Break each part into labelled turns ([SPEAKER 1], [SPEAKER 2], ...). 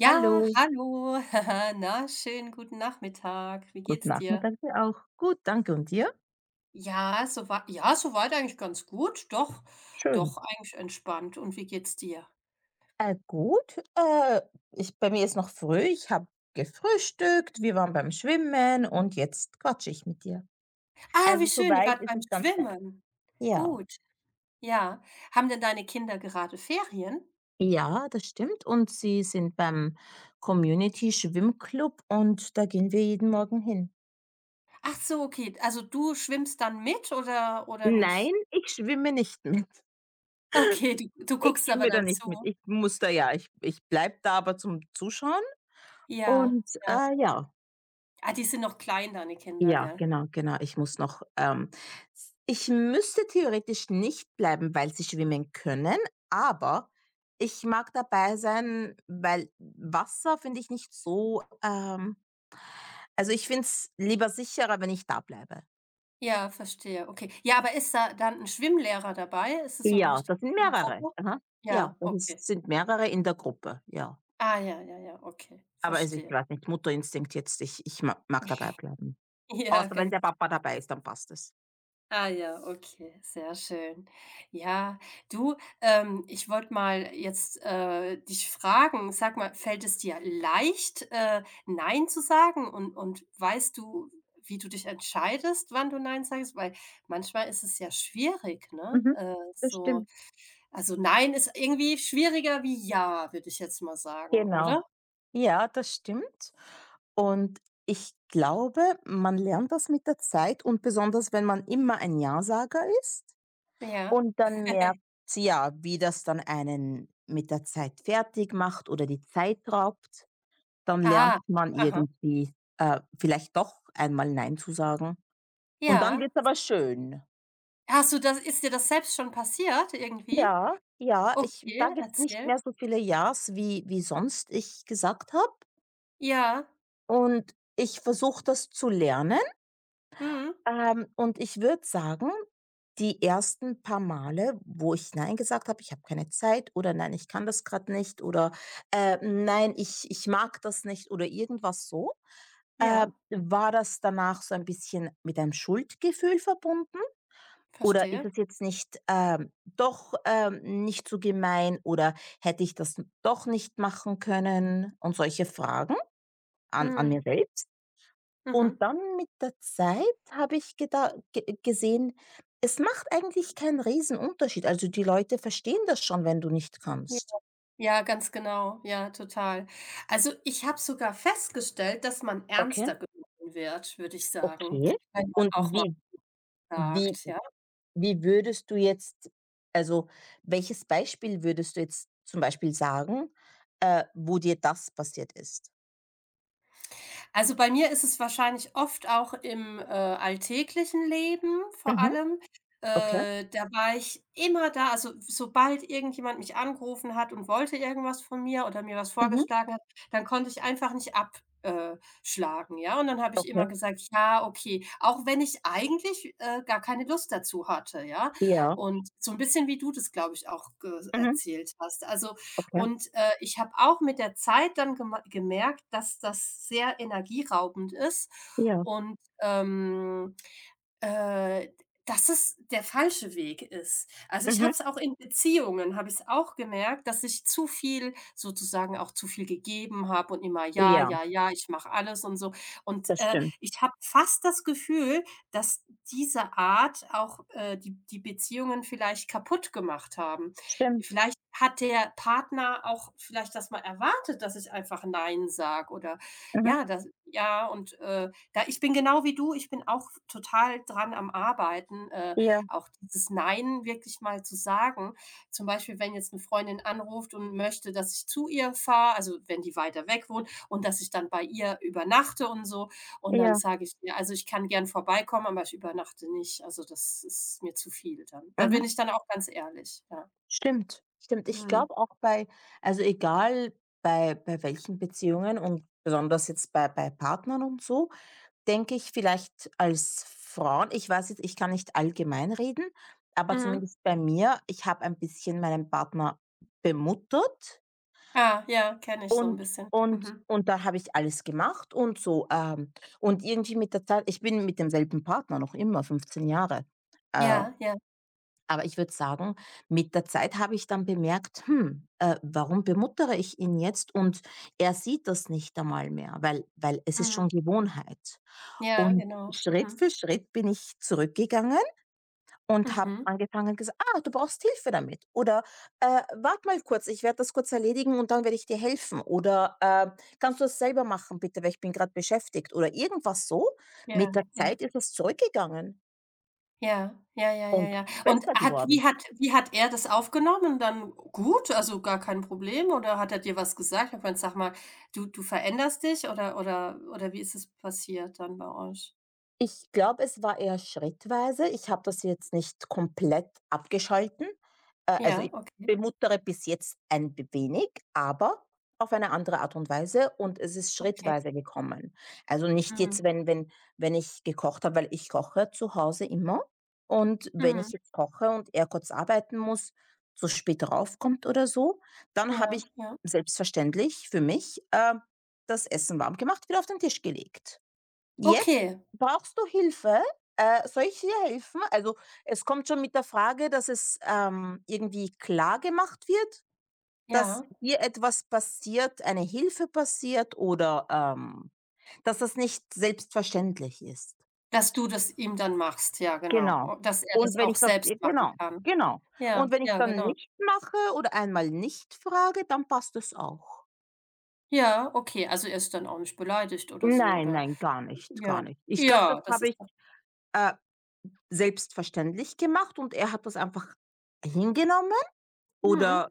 [SPEAKER 1] Ja,
[SPEAKER 2] Hallo,
[SPEAKER 1] hallo. Na, schönen guten Nachmittag. Wie
[SPEAKER 2] guten
[SPEAKER 1] geht's dir?
[SPEAKER 2] Nachmittag dir auch. Gut, danke und dir?
[SPEAKER 1] Ja, so wei ja, so weit eigentlich ganz gut. Doch,
[SPEAKER 2] Schön.
[SPEAKER 1] doch, eigentlich entspannt. Und wie geht's dir?
[SPEAKER 2] Äh, gut, äh, ich bei mir ist noch früh. Ich habe gefrühstückt, wir waren beim Schwimmen und jetzt quatsche ich mit dir.
[SPEAKER 1] Ah, wie
[SPEAKER 2] Also
[SPEAKER 1] schön, ihr
[SPEAKER 2] soweit
[SPEAKER 1] wart
[SPEAKER 2] ist
[SPEAKER 1] beim
[SPEAKER 2] es ganz nett.
[SPEAKER 1] Schwimmen.
[SPEAKER 2] Ja.
[SPEAKER 1] Gut, ja. Haben denn deine Kinder gerade Ferien?
[SPEAKER 2] Ja, das stimmt und sie sind beim Community Schwimmclub und da gehen wir jeden Morgen hin.
[SPEAKER 1] Ach so, okay. Also, du schwimmst dann mit oder
[SPEAKER 2] Nein,
[SPEAKER 1] nicht?
[SPEAKER 2] ich schwimme nicht mit.
[SPEAKER 1] Okay, du
[SPEAKER 2] Ich
[SPEAKER 1] guckst aber
[SPEAKER 2] schwimme da
[SPEAKER 1] dann
[SPEAKER 2] nicht mit.
[SPEAKER 1] zu.
[SPEAKER 2] Ich bleibe da aber zum Zuschauen
[SPEAKER 1] Ja,
[SPEAKER 2] und,
[SPEAKER 1] ja.
[SPEAKER 2] äh, ja.
[SPEAKER 1] Ah, die sind noch klein, deine Kinder,
[SPEAKER 2] Ja,
[SPEAKER 1] gell?
[SPEAKER 2] genau, genau. Ich muss noch, s Ich müsste theoretisch nicht bleiben, weil sie schwimmen können, aber ich mag dabei sein, weil Wasser finde ich nicht so. Also, ich finde es lieber sicherer, wenn ich da bleibe.
[SPEAKER 1] Ja, verstehe, okay. Ja, aber ist da dann 'n Schwimmlehrer dabei? Ist es so 'ne
[SPEAKER 2] Ja,
[SPEAKER 1] richtige
[SPEAKER 2] das sind mehrere.
[SPEAKER 1] Schwimmgruppe?
[SPEAKER 2] Aha. Ja,
[SPEAKER 1] Ja,
[SPEAKER 2] das
[SPEAKER 1] okay.
[SPEAKER 2] ist sind mehrere in der Gruppe, ja.
[SPEAKER 1] Ah, ja, ja, ja, okay,
[SPEAKER 2] Aber also, ich
[SPEAKER 1] verstehe.
[SPEAKER 2] weiß nicht, Mutterinstinkt jetzt, ich ich ma mag dabei bleiben.
[SPEAKER 1] Ja,
[SPEAKER 2] Außer wenn
[SPEAKER 1] ganz
[SPEAKER 2] der Papa
[SPEAKER 1] kl
[SPEAKER 2] dabei ist, dann passt es.
[SPEAKER 1] ah, ja, okay, sehr schön. Ja, du, ich wollte mal jetzt, dich fragen, sag mal, fällt es dir leicht, „Nein" zu sagen und weißt du, wie du dich entscheidest, wann du „Nein" sagst? Weil manchmal ist es ja schwierig, ne,
[SPEAKER 2] Mhm. Das stimmt,
[SPEAKER 1] also, nein ist irgendwie schwieriger wie ja, würde ich jetzt mal sagen,
[SPEAKER 2] genau.
[SPEAKER 1] oder?
[SPEAKER 2] Ja, das stimmt. Und ich glaube, man lernt das mit der Zeit und besonders, wenn man immer ein Ja-Sager ist
[SPEAKER 1] Ja.
[SPEAKER 2] und dann merkt, ja, wie das dann einen mit der Zeit fertig macht oder die Zeit raubt, dann lernt
[SPEAKER 1] Ah,
[SPEAKER 2] man
[SPEAKER 1] aha,
[SPEAKER 2] irgendwie vielleicht doch einmal Nein zu sagen. Und dann
[SPEAKER 1] ja.
[SPEAKER 2] wird's aber schön.
[SPEAKER 1] Hast du das Ist dir das selbst schon passiert irgendwie?
[SPEAKER 2] Ja, ja, ich
[SPEAKER 1] Okay,
[SPEAKER 2] sage jetzt nicht
[SPEAKER 1] erzähl.
[SPEAKER 2] mehr so viele Ja's, wie sonst ich gesagt habe
[SPEAKER 1] Ja,
[SPEAKER 2] und ich versuche das zu lernen.
[SPEAKER 1] mhm,
[SPEAKER 2] Und ich würde sagen, die ersten paar Male, wo ich nein gesagt habe, ich habe keine Zeit oder nein, ich kann das gerade nicht oder nein, ich mag das nicht oder irgendwas so,
[SPEAKER 1] ja,
[SPEAKER 2] war das danach so ein bisschen mit einem Schuldgefühl verbunden? Oder ist
[SPEAKER 1] verstehe.
[SPEAKER 2] es jetzt nicht, doch, nicht so gemein oder hätte ich das doch nicht machen können und solche Fragen an mir
[SPEAKER 1] Mhm,
[SPEAKER 2] selbst? Und
[SPEAKER 1] mhm.
[SPEAKER 2] dann mit der Zeit habe ich geda ge gesehen, es macht eigentlich keinen Riesenunterschied. Also, die Leute verstehen das schon, wenn du nicht
[SPEAKER 1] J
[SPEAKER 2] kommst.
[SPEAKER 1] ja, ganz genau. Ja, total. Also, ich habe sogar festgestellt, dass man
[SPEAKER 2] Okay.
[SPEAKER 1] ernster genommen wird, würde ich sagen,
[SPEAKER 2] Okay.
[SPEAKER 1] wenn man
[SPEAKER 2] Und
[SPEAKER 1] auch mal
[SPEAKER 2] wie
[SPEAKER 1] sagt, ja.
[SPEAKER 2] wie würdest du jetzt also, welches Beispiel würdest du jetzt zum Beispiel sagen, wo dir das passiert ist?
[SPEAKER 1] Also, bei mir ist es wahrscheinlich oft auch im alltäglichen Leben vor
[SPEAKER 2] Mhm.
[SPEAKER 1] allem.
[SPEAKER 2] Okay.
[SPEAKER 1] Da war ich immer da. Also, sobald irgendjemand mich angerufen hat und wollte irgendwas von mir oder mir was
[SPEAKER 2] Mhm.
[SPEAKER 1] vorgeschlagen hat, dann konnte ich einfach nicht ab schlagen, ja? Und dann habe ich immer
[SPEAKER 2] Okay.
[SPEAKER 1] gesagt: „Ja, okay", auch wenn ich eigentlich, gar keine Lust dazu hatte, ja?
[SPEAKER 2] Ja.
[SPEAKER 1] Und so ein bisschen wie du das, glaube ich, auch ge
[SPEAKER 2] Mhm.
[SPEAKER 1] erzählt hast. Also,
[SPEAKER 2] Okay.
[SPEAKER 1] und ich habe auch mit der Zeit dann gema gemerkt, dass das sehr energieraubend ist
[SPEAKER 2] Ja.
[SPEAKER 1] und, äh, dass es der falsche Weg ist. Also, ich habe
[SPEAKER 2] Mhm.
[SPEAKER 1] es auch in Beziehungen habe ich es auch gemerkt, dass ich zu viel sozusagen auch zu viel gegeben habe und immer: „Ja,
[SPEAKER 2] Ja,
[SPEAKER 1] ja, ja, ich mache alles" und so. Und,
[SPEAKER 2] das
[SPEAKER 1] äh,
[SPEAKER 2] stimmt.
[SPEAKER 1] ich habe fast das Gefühl, dass diese Art auch, die Beziehungen vielleicht kaputt gemacht haben.
[SPEAKER 2] Stimmt.
[SPEAKER 1] Vielleicht hat der Partner auch vielleicht das mal erwartet, dass ich einfach „Nein" sage oder
[SPEAKER 2] Mhm.
[SPEAKER 1] ja, das, ja, und, ja, ich bin genau wie du, ich bin auch total dran am Arbeiten,
[SPEAKER 2] Ja.
[SPEAKER 1] auch dieses Nein wirklich mal zu sagen. Zum Beispiel, wenn jetzt eine Freundin anruft und möchte, dass ich zu ihr fahre, also, wenn die weiter weg wohnt und dass ich dann bei ihr übernachte und so. Und dann
[SPEAKER 2] Ja.
[SPEAKER 1] sage ich ihr: „Also, ich kann gern vorbeikommen, aber ich übernachte nicht. Also, das ist mir zu viel dann." Da bin
[SPEAKER 2] Mhm.
[SPEAKER 1] ich dann auch ganz ehrlich, ja.
[SPEAKER 2] Stimmt, stimmt. Ich
[SPEAKER 1] Mhm.
[SPEAKER 2] glaube auch bei also egal bei welchen Beziehungen und besonders jetzt bei Partnern und so, denke ich vielleicht als Frauen ich weiß jetzt, ich kann nicht allgemein reden, aber
[SPEAKER 1] Mhm.
[SPEAKER 2] zumindest bei mir, ich habe ein bisschen meinen Partner bemuttert
[SPEAKER 1] Ah, ja, kenne ich so ein
[SPEAKER 2] und
[SPEAKER 1] bisschen.
[SPEAKER 2] und
[SPEAKER 1] Mhm.
[SPEAKER 2] und da habe ich alles gemacht und so. Und irgendwie mit der Zeit ich bin mit demselben Partner noch immer 15 Jahre, äh
[SPEAKER 1] Ja, ja.
[SPEAKER 2] aber ich würde sagen, mit der Zeit habe ich dann bemerkt: „Hm, warum bemuttere ich ihn jetzt?“ Und er sieht das nicht einmal mehr, weil es ist
[SPEAKER 1] Mhm.
[SPEAKER 2] schon Gewohnheit.
[SPEAKER 1] Ja,
[SPEAKER 2] Und
[SPEAKER 1] genau.
[SPEAKER 2] Schritt
[SPEAKER 1] Mhm.
[SPEAKER 2] für Schritt bin ich zurückgegangen und habe
[SPEAKER 1] Mhm.
[SPEAKER 2] angefangen gesagt: „Ah, du brauchst Hilfe damit“ oder warte mal kurz, ich werde das kurz erledigen und dann werde ich dir helfen“ oder „Kannst du das selber machen bitte, weil ich bin gerade beschäftigt“ oder irgendwas so.
[SPEAKER 1] Ja,
[SPEAKER 2] Mit der
[SPEAKER 1] ja.
[SPEAKER 2] Zeit ist es zurückgegangen
[SPEAKER 1] Ja, ja, ja, ja,
[SPEAKER 2] und
[SPEAKER 1] ja. Und
[SPEAKER 2] besser
[SPEAKER 1] hat
[SPEAKER 2] geworden.
[SPEAKER 1] wie hat wie hat er das aufgenommen dann? Gut, also gar kein Problem oder hat er dir was gesagt? Ich meine, sag mal, du veränderst dich oder oder wie ist es passiert dann bei euch?
[SPEAKER 2] Ich glaube, es war eher schrittweise. Ich habe das jetzt nicht komplett abgeschalten. Also,
[SPEAKER 1] Ja,
[SPEAKER 2] ich
[SPEAKER 1] okay,
[SPEAKER 2] bemuttere bis jetzt ein wenig, aber auf eine andere Art und Weise und es ist
[SPEAKER 1] okay.
[SPEAKER 2] schrittweise gekommen. Also, nicht jetzt,
[SPEAKER 1] Mhm.
[SPEAKER 2] wenn ich gekocht habe, weil ich koche zu Hause immer und wenn ich
[SPEAKER 1] Mhm.
[SPEAKER 2] jetzt koche und er kurz arbeiten muss, zu spät raufkommt oder so, dann habe
[SPEAKER 1] Ja,
[SPEAKER 2] ich
[SPEAKER 1] ja.
[SPEAKER 2] selbstverständlich für mich das Essen warm gemacht, wieder auf den Tisch gelegt. Jetzt
[SPEAKER 1] Okay,
[SPEAKER 2] brauchst du Hilfe. Soll ich dir helfen? Also, es kommt schon mit der Frage, dass es irgendwie klar gemacht wird, dass
[SPEAKER 1] ja.
[SPEAKER 2] dir etwas passiert, eine Hilfe passiert oder dass das nicht selbstverständlich ist.
[SPEAKER 1] Dass du das ihm dann machst, ja, genau.
[SPEAKER 2] Genau.
[SPEAKER 1] O Dass er
[SPEAKER 2] Und
[SPEAKER 1] das
[SPEAKER 2] wenn
[SPEAKER 1] auch
[SPEAKER 2] ich das
[SPEAKER 1] selbst
[SPEAKER 2] i
[SPEAKER 1] machen
[SPEAKER 2] Genau,
[SPEAKER 1] kann.
[SPEAKER 2] genau.
[SPEAKER 1] Ja,
[SPEAKER 2] Und wenn ich
[SPEAKER 1] ja,
[SPEAKER 2] dann
[SPEAKER 1] genau.
[SPEAKER 2] nicht mache oder einmal nicht frage, dann passt es auch.
[SPEAKER 1] Ja, okay, also er ist dann auch nicht beleidigt oder so
[SPEAKER 2] Nein,
[SPEAKER 1] oder
[SPEAKER 2] nein, gar nicht,
[SPEAKER 1] ja.
[SPEAKER 2] gar nicht. Ich glaube, das
[SPEAKER 1] Ja, das
[SPEAKER 2] habe
[SPEAKER 1] ist
[SPEAKER 2] ich,
[SPEAKER 1] doch,
[SPEAKER 2] äh selbstverständlich gemacht und er hat das einfach hingenommen
[SPEAKER 1] mhm,
[SPEAKER 2] oder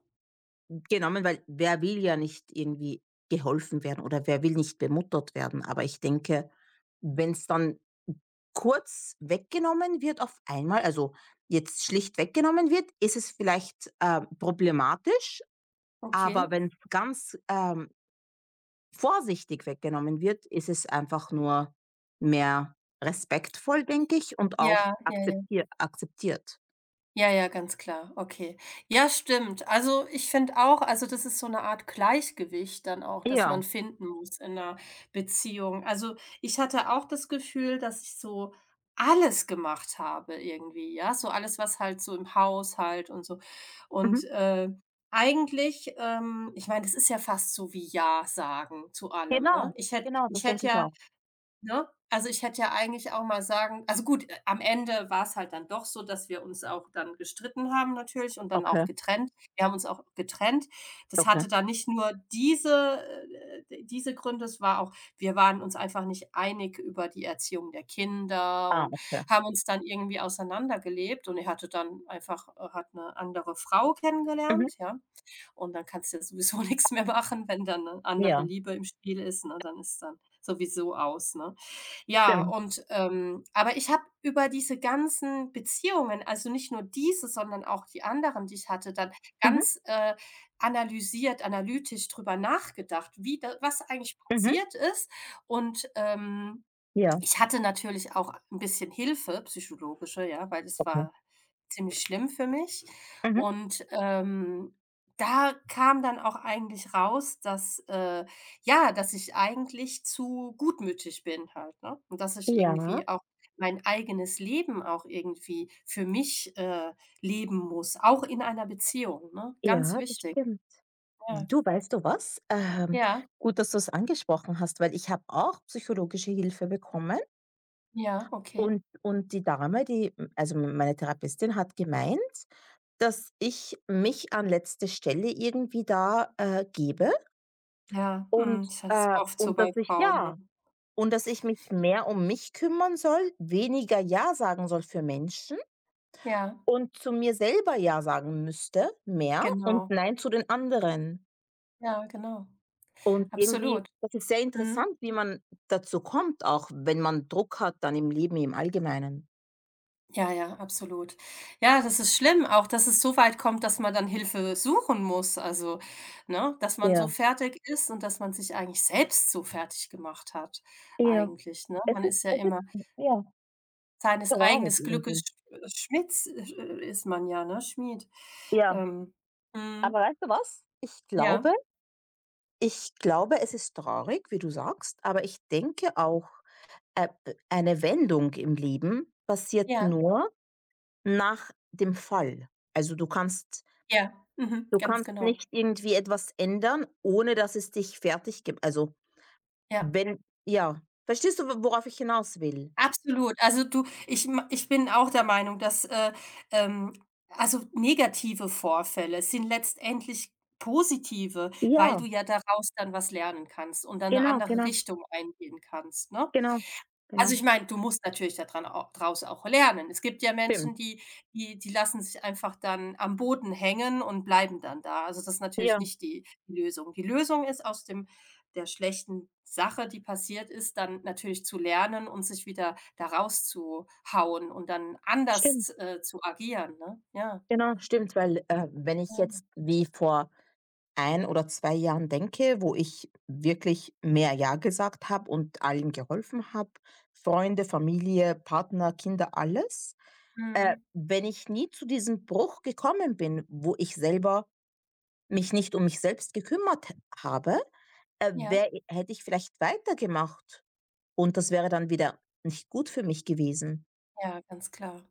[SPEAKER 2] genommen, weil wer will ja nicht irgendwie geholfen werden oder wer will nicht bemuttert werden. Aber ich denke, wenn es dann kurz weggenommen wird auf einmal, also jetzt schlicht weggenommen wird, ist es vielleicht problematisch,
[SPEAKER 1] okay.
[SPEAKER 2] aber wenn's ganz vorsichtig weggenommen wird, ist es einfach nur mehr respektvoll, denke ich, und auch
[SPEAKER 1] Ja, ja, ja.
[SPEAKER 2] akzeptiert.
[SPEAKER 1] Ja, ja, ganz klar. Okay. Ja, stimmt. Also, ich finde auch, also, das ist so eine Art Gleichgewicht dann auch, das
[SPEAKER 2] Ja.
[SPEAKER 1] man finden muss in 'ner Beziehung. Also, ich hatte auch das Gefühl, dass ich so alles gemacht habe irgendwie, ja? So alles, was halt so im Haushalt und so
[SPEAKER 2] Mhm.
[SPEAKER 1] und, eigentlich, ich meine, das ist ja fast so wie ja sagen zu allem, ne?
[SPEAKER 2] Genau,
[SPEAKER 1] Ich hätte
[SPEAKER 2] genau, das
[SPEAKER 1] ich
[SPEAKER 2] denke
[SPEAKER 1] hätte
[SPEAKER 2] ich
[SPEAKER 1] ja.
[SPEAKER 2] auch.
[SPEAKER 1] Ne? Also, ich hätte ja eigentlich auch mal sagen, also gut, am Ende war es halt dann doch so, dass wir uns auch dann gestritten haben natürlich und dann
[SPEAKER 2] Okay,
[SPEAKER 1] auch getrennt. Wir haben uns auch getrennt. Das
[SPEAKER 2] okay.
[SPEAKER 1] hatte dann nicht nur diese Gründe, es war auch, wir waren uns einfach nicht einig über die Erziehung der Kinder
[SPEAKER 2] Ah,
[SPEAKER 1] und
[SPEAKER 2] okay.
[SPEAKER 1] haben uns dann irgendwie auseinandergelebt und er hatte dann einfach hat eine andere Frau
[SPEAKER 2] Mhm.
[SPEAKER 1] kennengelernt, ja? Und dann kannst du ja sowieso nichts mehr machen, wenn dann eine andere
[SPEAKER 2] Ja,
[SPEAKER 1] Liebe im Spiel ist, ne? Dann ist dann sowieso aus, ne? Ja,
[SPEAKER 2] stimmt.
[SPEAKER 1] und, aber ich habe über diese ganzen Beziehungen, also nicht nur diese, sondern auch die anderen, die ich hatte, dann
[SPEAKER 2] Mhm,
[SPEAKER 1] ganz, analysiert, analytisch drüber nachgedacht, wie da was eigentlich
[SPEAKER 2] mhm.
[SPEAKER 1] passiert ist und,
[SPEAKER 2] Ja,
[SPEAKER 1] ich hatte natürlich auch ein bisschen Hilfe, psychologische, ja, weil das
[SPEAKER 2] okay.
[SPEAKER 1] war ziemlich schlimm für mich.
[SPEAKER 2] Mhm.
[SPEAKER 1] Und, da kam dann auch eigentlich raus, dass, ja, dass ich eigentlich zu gutmütig bin halt, ne? Und dass ich
[SPEAKER 2] Ja,
[SPEAKER 1] irgendwie auch mein eigenes Leben auch irgendwie für mich, leben muss, auch in einer Beziehung, ne? Ganz
[SPEAKER 2] ja, das
[SPEAKER 1] wichtig.
[SPEAKER 2] stimmt.
[SPEAKER 1] Ja.
[SPEAKER 2] Du, weißt du was?
[SPEAKER 1] Ja,
[SPEAKER 2] Gut, dass du es angesprochen hast, weil ich habe auch psychologische Hilfe bekommen
[SPEAKER 1] ja, okay.
[SPEAKER 2] und die Dame, die, also meine Therapeutin hat gemeint, dass ich mich an letzte Stelle irgendwie da gebe.
[SPEAKER 1] Ja, mhm, das ist oft so
[SPEAKER 2] Und dass
[SPEAKER 1] bei
[SPEAKER 2] ich
[SPEAKER 1] Frauen, ne?
[SPEAKER 2] ja, und dass ich mich mehr um mich kümmern soll, weniger „ja“ sagen soll für Menschen
[SPEAKER 1] Ja,
[SPEAKER 2] und zu mir selber „ja“ sagen müsste, mehr und
[SPEAKER 1] genau.
[SPEAKER 2] „nein“ zu den anderen.
[SPEAKER 1] Ja, genau.
[SPEAKER 2] Und irgendwie,
[SPEAKER 1] Absolut.
[SPEAKER 2] das ist sehr
[SPEAKER 1] Mhm.
[SPEAKER 2] interessant, wie man dazu kommt, auch wenn man Druck hat dann im Leben im Allgemeinen.
[SPEAKER 1] Ja, ja, absolut. Ja, das ist schlimm, auch dass es so weit kommt, dass man dann Hilfe suchen muss. Also, ne, dass man so
[SPEAKER 2] Ja,
[SPEAKER 1] fertig ist und dass man sich eigentlich selbst so fertig gemacht hat
[SPEAKER 2] ja.
[SPEAKER 1] eigentlich, ne?
[SPEAKER 2] Es
[SPEAKER 1] Man
[SPEAKER 2] ist
[SPEAKER 1] ist ja
[SPEAKER 2] es ist
[SPEAKER 1] immer
[SPEAKER 2] ja,
[SPEAKER 1] seines
[SPEAKER 2] traurig
[SPEAKER 1] eigenes Glückes
[SPEAKER 2] irgendwie.
[SPEAKER 1] Schmieds, ist man ja, ne? Schmied.
[SPEAKER 2] Ja,
[SPEAKER 1] Ähm,
[SPEAKER 2] aber
[SPEAKER 1] mhm.
[SPEAKER 2] weißt du was? Ich glaube
[SPEAKER 1] Ja,
[SPEAKER 2] ich glaube, es ist traurig, wie du sagst, aber ich denke auch eine Wendung im Leben passiert
[SPEAKER 1] ja,
[SPEAKER 2] nur nach dem Fall. Also,
[SPEAKER 1] ja. Mhm.
[SPEAKER 2] du
[SPEAKER 1] Ganz
[SPEAKER 2] kannst
[SPEAKER 1] genau.
[SPEAKER 2] nicht irgendwie etwas ändern, ohne dass es dich fertig gibt. Also,
[SPEAKER 1] Ja.
[SPEAKER 2] wenn ja, verstehst du, wo worauf ich hinaus will?
[SPEAKER 1] Absolut. Also, du, ich bin auch der Meinung, dass, ähm also, negative Vorfälle sind letztendlich positive, weil
[SPEAKER 2] Ja,
[SPEAKER 1] du ja daraus dann was lernen kannst und dann eine
[SPEAKER 2] genau,
[SPEAKER 1] andere
[SPEAKER 2] genau,
[SPEAKER 1] Richtung eingehen kannst, ne?
[SPEAKER 2] genau,
[SPEAKER 1] Also,
[SPEAKER 2] genau.
[SPEAKER 1] ich meine, du musst natürlich daran auch au draus auch lernen. Es gibt ja
[SPEAKER 2] Stimmt.
[SPEAKER 1] Menschen, die lassen sich einfach dann am Boden hängen und bleiben dann da. Also, das ist natürlich
[SPEAKER 2] Ja,
[SPEAKER 1] nicht die Lösung. Die Lösung ist, aus dem der schlechten Sache, die passiert ist, dann natürlich zu lernen und sich wieder da rauszuhauen und dann
[SPEAKER 2] stimmt.
[SPEAKER 1] anders, zu agieren, ne? Ja.
[SPEAKER 2] Genau, stimmt, weil wenn ich jetzt
[SPEAKER 1] Ja.
[SPEAKER 2] wie vor ein oder 2 Jahren denke, wo ich wirklich mehr „ja“ gesagt habe und allen geholfen habe, Freunde, Familie, Partner, Kinder, alles.
[SPEAKER 1] Mhm.
[SPEAKER 2] Wenn ich nie zu diesem Bruch gekommen bin, wo ich selber mich nicht um mich selbst gekümmert h habe,
[SPEAKER 1] Ja,
[SPEAKER 2] wäre hätte ich vielleicht weitergemacht und das wäre dann wieder nicht gut für mich gewesen.
[SPEAKER 1] ja, ganz klar.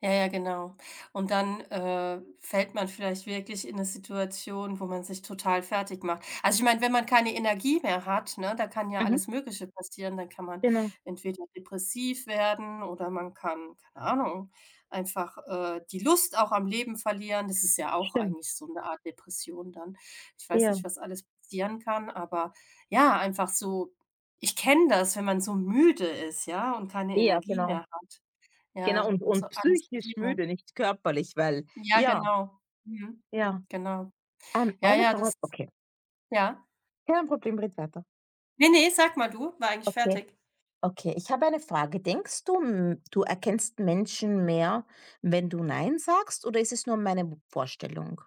[SPEAKER 1] Ja, ja, genau. Und dann, fällt man vielleicht wirklich in eine Situation, wo man sich total fertig macht. Also, ich meine, wenn man keine Energie mehr hat, ne, da kann ja
[SPEAKER 2] Mhm.
[SPEAKER 1] alles Mögliche passieren. Dann kann man
[SPEAKER 2] Genau,
[SPEAKER 1] entweder depressiv werden oder man kann, keine Ahnung, einfach, die Lust auch am Leben verlieren. Das ist ja auch
[SPEAKER 2] stimmt.
[SPEAKER 1] eigentlich so eine Art Depression dann. Ich weiß
[SPEAKER 2] Ja.
[SPEAKER 1] nicht, was alles passieren kann, aber ja, einfach so, ich kenne das, wenn man so müde ist, ja, und keine
[SPEAKER 2] Ja,
[SPEAKER 1] Energie mehr
[SPEAKER 2] genau.
[SPEAKER 1] hat.
[SPEAKER 2] Genau
[SPEAKER 1] Ja, wenn man so
[SPEAKER 2] und
[SPEAKER 1] Angst
[SPEAKER 2] psychisch
[SPEAKER 1] gegeben hat.
[SPEAKER 2] müde, nicht körperlich, weil
[SPEAKER 1] Ja,
[SPEAKER 2] ja,
[SPEAKER 1] genau. Mhm.
[SPEAKER 2] ja.
[SPEAKER 1] Genau. Ja,
[SPEAKER 2] Eine
[SPEAKER 1] ja, das,
[SPEAKER 2] Frage okay,
[SPEAKER 1] ja.
[SPEAKER 2] kein Problem, red weiter.
[SPEAKER 1] Ne, ne, sag mal, du, war eigentlich
[SPEAKER 2] Okay,
[SPEAKER 1] fertig.
[SPEAKER 2] okay. Ich habe eine Frage. Denkst du, hm, du erkennst Menschen mehr, wenn du „Nein“ sagst, oder ist es nur meine Vorstellung?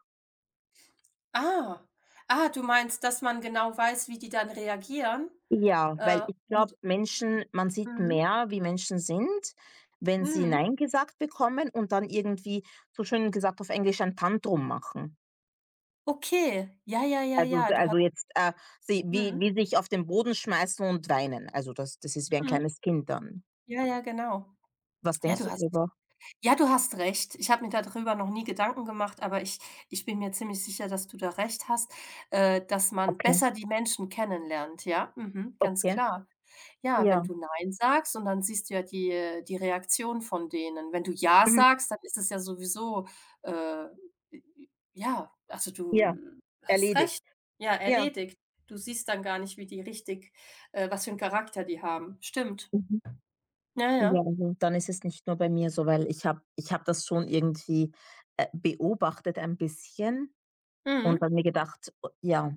[SPEAKER 1] Ah. Ah, du meinst, dass man genau weiß, wie die dann reagieren,
[SPEAKER 2] Ja. Weil ich
[SPEAKER 1] und,
[SPEAKER 2] glaube, Menschen man sieht
[SPEAKER 1] mhm,
[SPEAKER 2] mehr, wie Menschen sind, wenn sie
[SPEAKER 1] mhm.
[SPEAKER 2] „Nein“ gesagt bekommen und dann irgendwie, so schön gesagt auf Englisch, ein Tantrum machen.
[SPEAKER 1] Okay. Ja, ja, ja, ja, du hast,
[SPEAKER 2] Also jetzt, sie wie
[SPEAKER 1] mhm,
[SPEAKER 2] sich auf den Boden schmeißen und weinen. Also das ist wie ein
[SPEAKER 1] mhm.
[SPEAKER 2] kleines Kind dann.
[SPEAKER 1] Ja, ja, genau.
[SPEAKER 2] Was
[SPEAKER 1] Ja,
[SPEAKER 2] denkst
[SPEAKER 1] du
[SPEAKER 2] du
[SPEAKER 1] hast
[SPEAKER 2] drüber?
[SPEAKER 1] Ja, du hast recht. Ich habe mir darüber noch nie Gedanken gemacht, aber ich bin mir ziemlich sicher, dass du da recht hast, dass man
[SPEAKER 2] Okay,
[SPEAKER 1] besser die Menschen kennenlernt. Ja, mhm, ganz
[SPEAKER 2] okay.
[SPEAKER 1] klar. Ja, wenn
[SPEAKER 2] Ja.
[SPEAKER 1] du nein sagst und dann siehst du ja die Reaktion von denen. Wenn du ja
[SPEAKER 2] Mhm.
[SPEAKER 1] sagst, dann ist es ja sowieso, äh, ja, also du
[SPEAKER 2] Ja,
[SPEAKER 1] hast
[SPEAKER 2] erledigt.
[SPEAKER 1] recht. Ja,
[SPEAKER 2] Ja.
[SPEAKER 1] erledigt. Du siehst dann gar nicht, wie die richtig, was für einen Charakter die haben. Stimmt.
[SPEAKER 2] Mhm.
[SPEAKER 1] Ja,
[SPEAKER 2] Ja,
[SPEAKER 1] ja.
[SPEAKER 2] also dann ist es nicht nur bei mir so, weil ich habe das schon irgendwie beobachtet ein bisschen und
[SPEAKER 1] Mhm.
[SPEAKER 2] dann mir gedacht o ja.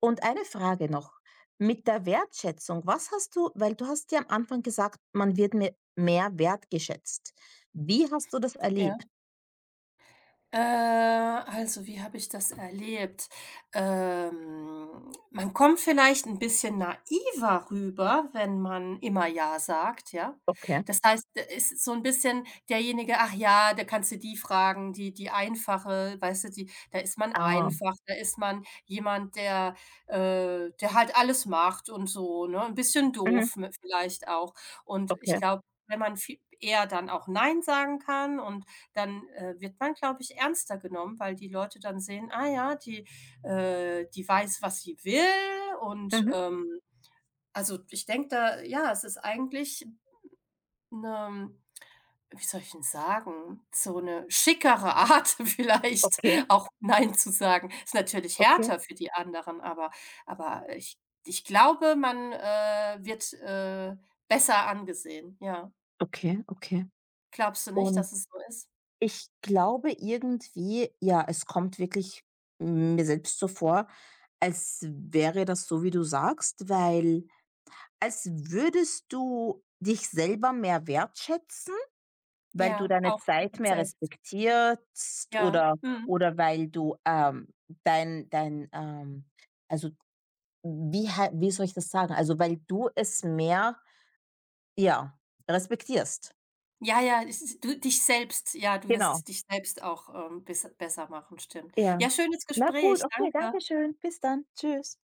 [SPEAKER 2] Und eine Frage noch, mit der Wertschätzung, was hast du weil du hast ja am Anfang gesagt, man wird mir mehr wertgeschätzt. Wie hast du das erlebt?
[SPEAKER 1] Ja. Also, wie habe ich das erlebt? Man kommt vielleicht ein bisschen naiver rüber, wenn man immer „ja" sagt, ja?
[SPEAKER 2] Okay.
[SPEAKER 1] Das heißt, da ist so ein bisschen derjenige: „Ach ja, da kannst du die fragen, die einfache, weißt du, die da ist man
[SPEAKER 2] Ah.
[SPEAKER 1] einfach, da ist man jemand, der, der halt alles macht und so", ne? Ein bisschen
[SPEAKER 2] Mhm.
[SPEAKER 1] doof, mi vielleicht auch. Und ich
[SPEAKER 2] Okay.
[SPEAKER 1] glaube, wenn man viel eher dann auch „nein" sagen kann und dann, wird man, glaube ich, ernster genommen, weil die Leute dann sehen: „Ah ja, die weiß, was sie will." Und,
[SPEAKER 2] Mhm.
[SPEAKER 1] also, ich denke da, ja, es ist eigentlich eine, wie soll ich denn sagen, so eine schickere Art vielleicht
[SPEAKER 2] Okay.
[SPEAKER 1] auch „Nein" zu sagen. Ist natürlich
[SPEAKER 2] Okay.
[SPEAKER 1] härter für die anderen, aber aber ich glaube, man, wird, besser angesehen, ja.
[SPEAKER 2] Okay, okay.
[SPEAKER 1] Glaubst du nicht,
[SPEAKER 2] Und
[SPEAKER 1] dass es so ist?
[SPEAKER 2] ich glaube irgendwie, ja, es kommt wirklich mir selbst so vor, als wäre das so, wie du sagst, weil als würdest du dich selber mehr wertschätzen, weil du
[SPEAKER 1] Ja,
[SPEAKER 2] deine
[SPEAKER 1] auch
[SPEAKER 2] Zeit
[SPEAKER 1] du
[SPEAKER 2] mehr
[SPEAKER 1] selbst.
[SPEAKER 2] respektierst
[SPEAKER 1] Ja. Mhm.
[SPEAKER 2] oder weil du dein also, wie soll ich das sagen? Also, weil du es mehr, ja, respektierst.
[SPEAKER 1] Ja, ja, es ist, du dich selbst, ja, du
[SPEAKER 2] Genau,
[SPEAKER 1] wirst dich selbst auch, besser machen, stimmt.
[SPEAKER 2] ja.
[SPEAKER 1] Ja, schönes
[SPEAKER 2] Na gut,
[SPEAKER 1] Gespräch,
[SPEAKER 2] okay, danke
[SPEAKER 1] danke.
[SPEAKER 2] schön. Bis dann. Tschüss.